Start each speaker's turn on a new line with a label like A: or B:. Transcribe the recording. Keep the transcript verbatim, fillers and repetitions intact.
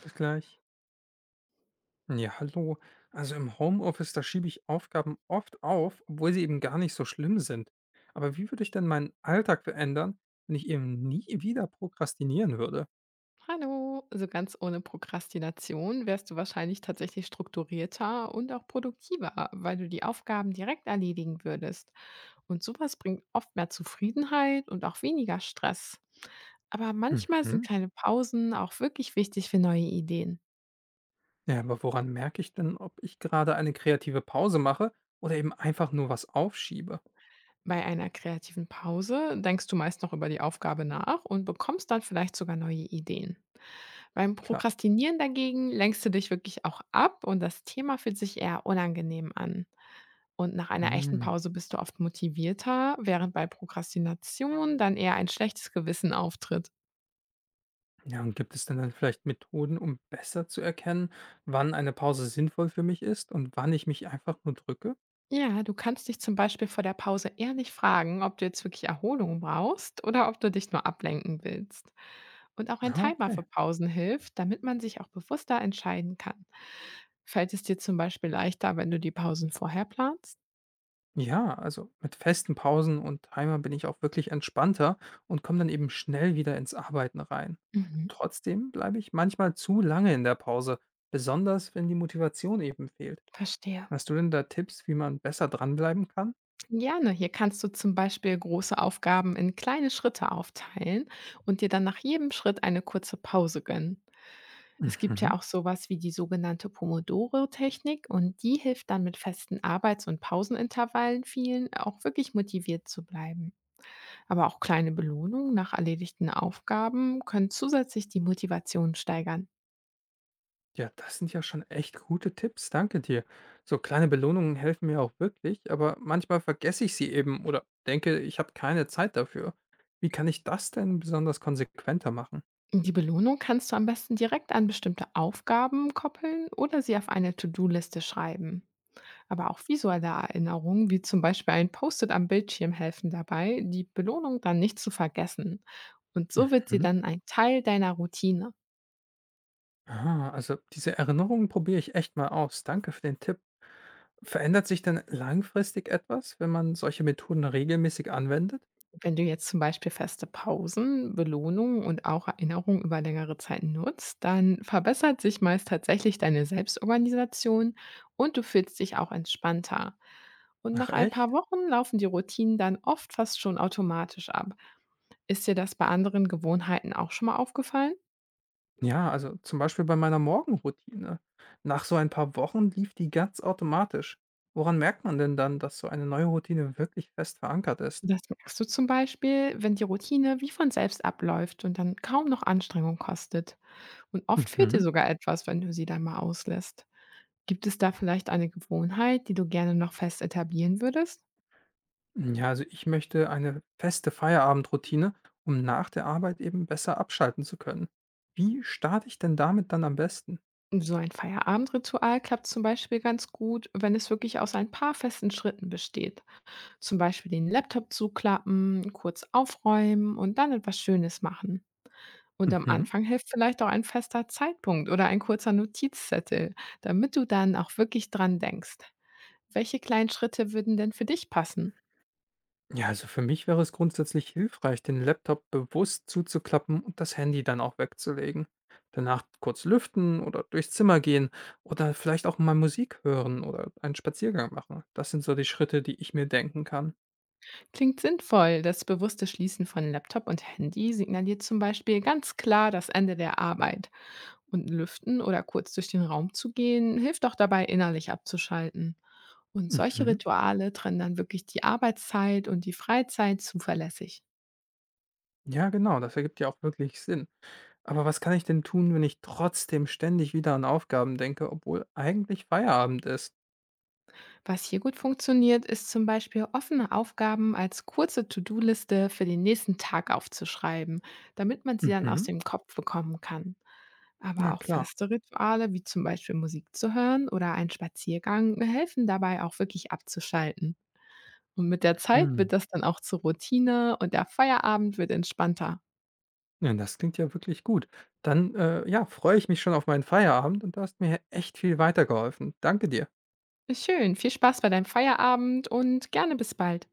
A: Bis gleich. Ja, hallo. Also im Homeoffice, da schiebe ich Aufgaben oft auf, obwohl sie eben gar nicht so schlimm sind. Aber wie würde ich denn meinen Alltag verändern, wenn ich eben nie wieder prokrastinieren würde?
B: Hallo, so ganz ohne Prokrastination wärst du wahrscheinlich tatsächlich strukturierter und auch produktiver, weil du die Aufgaben direkt erledigen würdest. Und sowas bringt oft mehr Zufriedenheit und auch weniger Stress. Aber manchmal sind
A: Mhm.
B: kleine Pausen auch wirklich wichtig für neue Ideen.
A: Ja, aber woran merke ich denn, ob ich gerade eine kreative Pause mache oder eben einfach nur was aufschiebe?
B: Bei einer kreativen Pause denkst du meist noch über die Aufgabe nach und bekommst dann vielleicht sogar neue Ideen. Beim
A: Klar.
B: Prokrastinieren dagegen lenkst du dich wirklich auch ab und das Thema fühlt sich eher unangenehm an. Und nach einer echten
A: Mhm.
B: Pause bist du oft motivierter, während bei Prokrastination dann eher ein schlechtes Gewissen auftritt.
A: Ja, und gibt es denn dann vielleicht Methoden, um besser zu erkennen, wann eine Pause sinnvoll für mich ist und wann ich mich einfach nur drücke?
B: Ja, du kannst dich zum Beispiel vor der Pause ehrlich fragen, ob du jetzt wirklich Erholung brauchst oder ob du dich nur ablenken willst. Und auch ein
A: Ah,
B: Timer
A: okay.
B: für Pausen hilft, damit man sich auch bewusster entscheiden kann. Fällt es dir zum Beispiel leichter, wenn du die Pausen vorher planst?
A: Ja, also mit festen Pausen und Timer bin ich auch wirklich entspannter und komme dann eben schnell wieder ins Arbeiten rein.
B: Mhm,
A: Trotzdem bleibe ich manchmal zu lange in der Pause, besonders wenn die Motivation eben fehlt.
B: verstehe.
A: Hast du denn da Tipps, wie man besser dranbleiben kann?
B: Gerne. Hier kannst du zum Beispiel große Aufgaben in kleine Schritte aufteilen und dir dann nach jedem Schritt eine kurze Pause gönnen. Es gibt ja
A: Mhm.
B: auch sowas wie die sogenannte Pomodoro-Technik und die hilft dann mit festen Arbeits- und Pausenintervallen vielen auch wirklich motiviert zu bleiben. Aber auch kleine Belohnungen nach erledigten Aufgaben können zusätzlich die Motivation steigern.
A: Ja, das sind ja schon echt gute Tipps, danke dir. So kleine Belohnungen helfen mir auch wirklich, aber manchmal vergesse ich sie eben oder denke, ich habe keine Zeit dafür. Wie kann ich das denn besonders konsequenter machen?
B: Die Belohnung kannst du am besten direkt an bestimmte Aufgaben koppeln oder sie auf eine To-Do-Liste schreiben. Aber auch visuelle Erinnerungen, wie zum Beispiel ein Post-it am Bildschirm, helfen dabei, die Belohnung dann nicht zu vergessen. Und so wird sie
A: Mhm.
B: dann ein Teil deiner Routine.
A: Ah, also diese Erinnerungen probiere ich echt mal aus. Danke für den Tipp. Verändert sich denn langfristig etwas, wenn man solche Methoden regelmäßig anwendet?
B: Wenn du jetzt zum Beispiel feste Pausen, Belohnungen und auch Erinnerungen über längere Zeit nutzt, dann verbessert sich meist tatsächlich deine Selbstorganisation und du fühlst dich auch entspannter. Und
A: Ach
B: nach ein paar
A: echt?
B: Wochen laufen die Routinen dann oft fast schon automatisch ab. Ist dir das bei anderen Gewohnheiten auch schon mal aufgefallen?
A: Ja, also zum Beispiel bei meiner Morgenroutine. Nach so ein paar Wochen lief die ganz automatisch. Woran merkt man denn dann, dass so eine neue Routine wirklich fest verankert ist?
B: Das merkst du zum Beispiel, wenn die Routine wie von selbst abläuft und dann kaum noch Anstrengung kostet. Und oft fehlt dir
A: Mhm.
B: sogar etwas, wenn du sie dann mal auslässt. Gibt es da vielleicht eine Gewohnheit, die du gerne noch fest etablieren würdest?
A: Ja, also ich möchte eine feste Feierabendroutine, um nach der Arbeit eben besser abschalten zu können. Wie starte ich denn damit dann am besten?
B: So ein Feierabendritual klappt zum Beispiel ganz gut, wenn es wirklich aus ein paar festen Schritten besteht. Zum Beispiel den Laptop zuklappen, kurz aufräumen und dann etwas Schönes machen. Und am
A: Mhm.
B: Anfang hilft vielleicht auch ein fester Zeitpunkt oder ein kurzer Notizzettel, damit du dann auch wirklich dran denkst. Welche kleinen Schritte würden denn für dich passen?
A: Ja, also für mich wäre es grundsätzlich hilfreich, den Laptop bewusst zuzuklappen und das Handy dann auch wegzulegen. Danach kurz lüften oder durchs Zimmer gehen oder vielleicht auch mal Musik hören oder einen Spaziergang machen. Das sind so die Schritte, die ich mir denken kann.
B: Klingt sinnvoll. Das bewusste Schließen von Laptop und Handy signaliert zum Beispiel ganz klar das Ende der Arbeit. Und lüften oder kurz durch den Raum zu gehen, hilft auch dabei, innerlich abzuschalten. Und solche
A: Mhm.
B: Rituale trennen dann wirklich die Arbeitszeit und die Freizeit zuverlässig.
A: Ja, genau, das ergibt ja auch wirklich Sinn. Aber was kann ich denn tun, wenn ich trotzdem ständig wieder an Aufgaben denke, obwohl eigentlich Feierabend ist?
B: Was hier gut funktioniert, ist zum Beispiel offene Aufgaben als kurze To-Do-Liste für den nächsten Tag aufzuschreiben, damit man sie dann aus
A: Mhm.
B: dem Kopf bekommen kann.
A: Na
B: Aber auch
A: klar.
B: feste Rituale, wie zum Beispiel Musik zu hören oder ein Spaziergang, helfen dabei auch wirklich abzuschalten. Und mit der Zeit
A: Mhm.
B: wird das dann auch zur Routine und der Feierabend wird entspannter.
A: Ja, das klingt ja wirklich gut. Dann, äh, ja, freue ich mich schon auf meinen Feierabend und du hast mir echt viel weitergeholfen. Danke dir.
B: Schön, viel Spaß bei deinem Feierabend und gerne bis bald.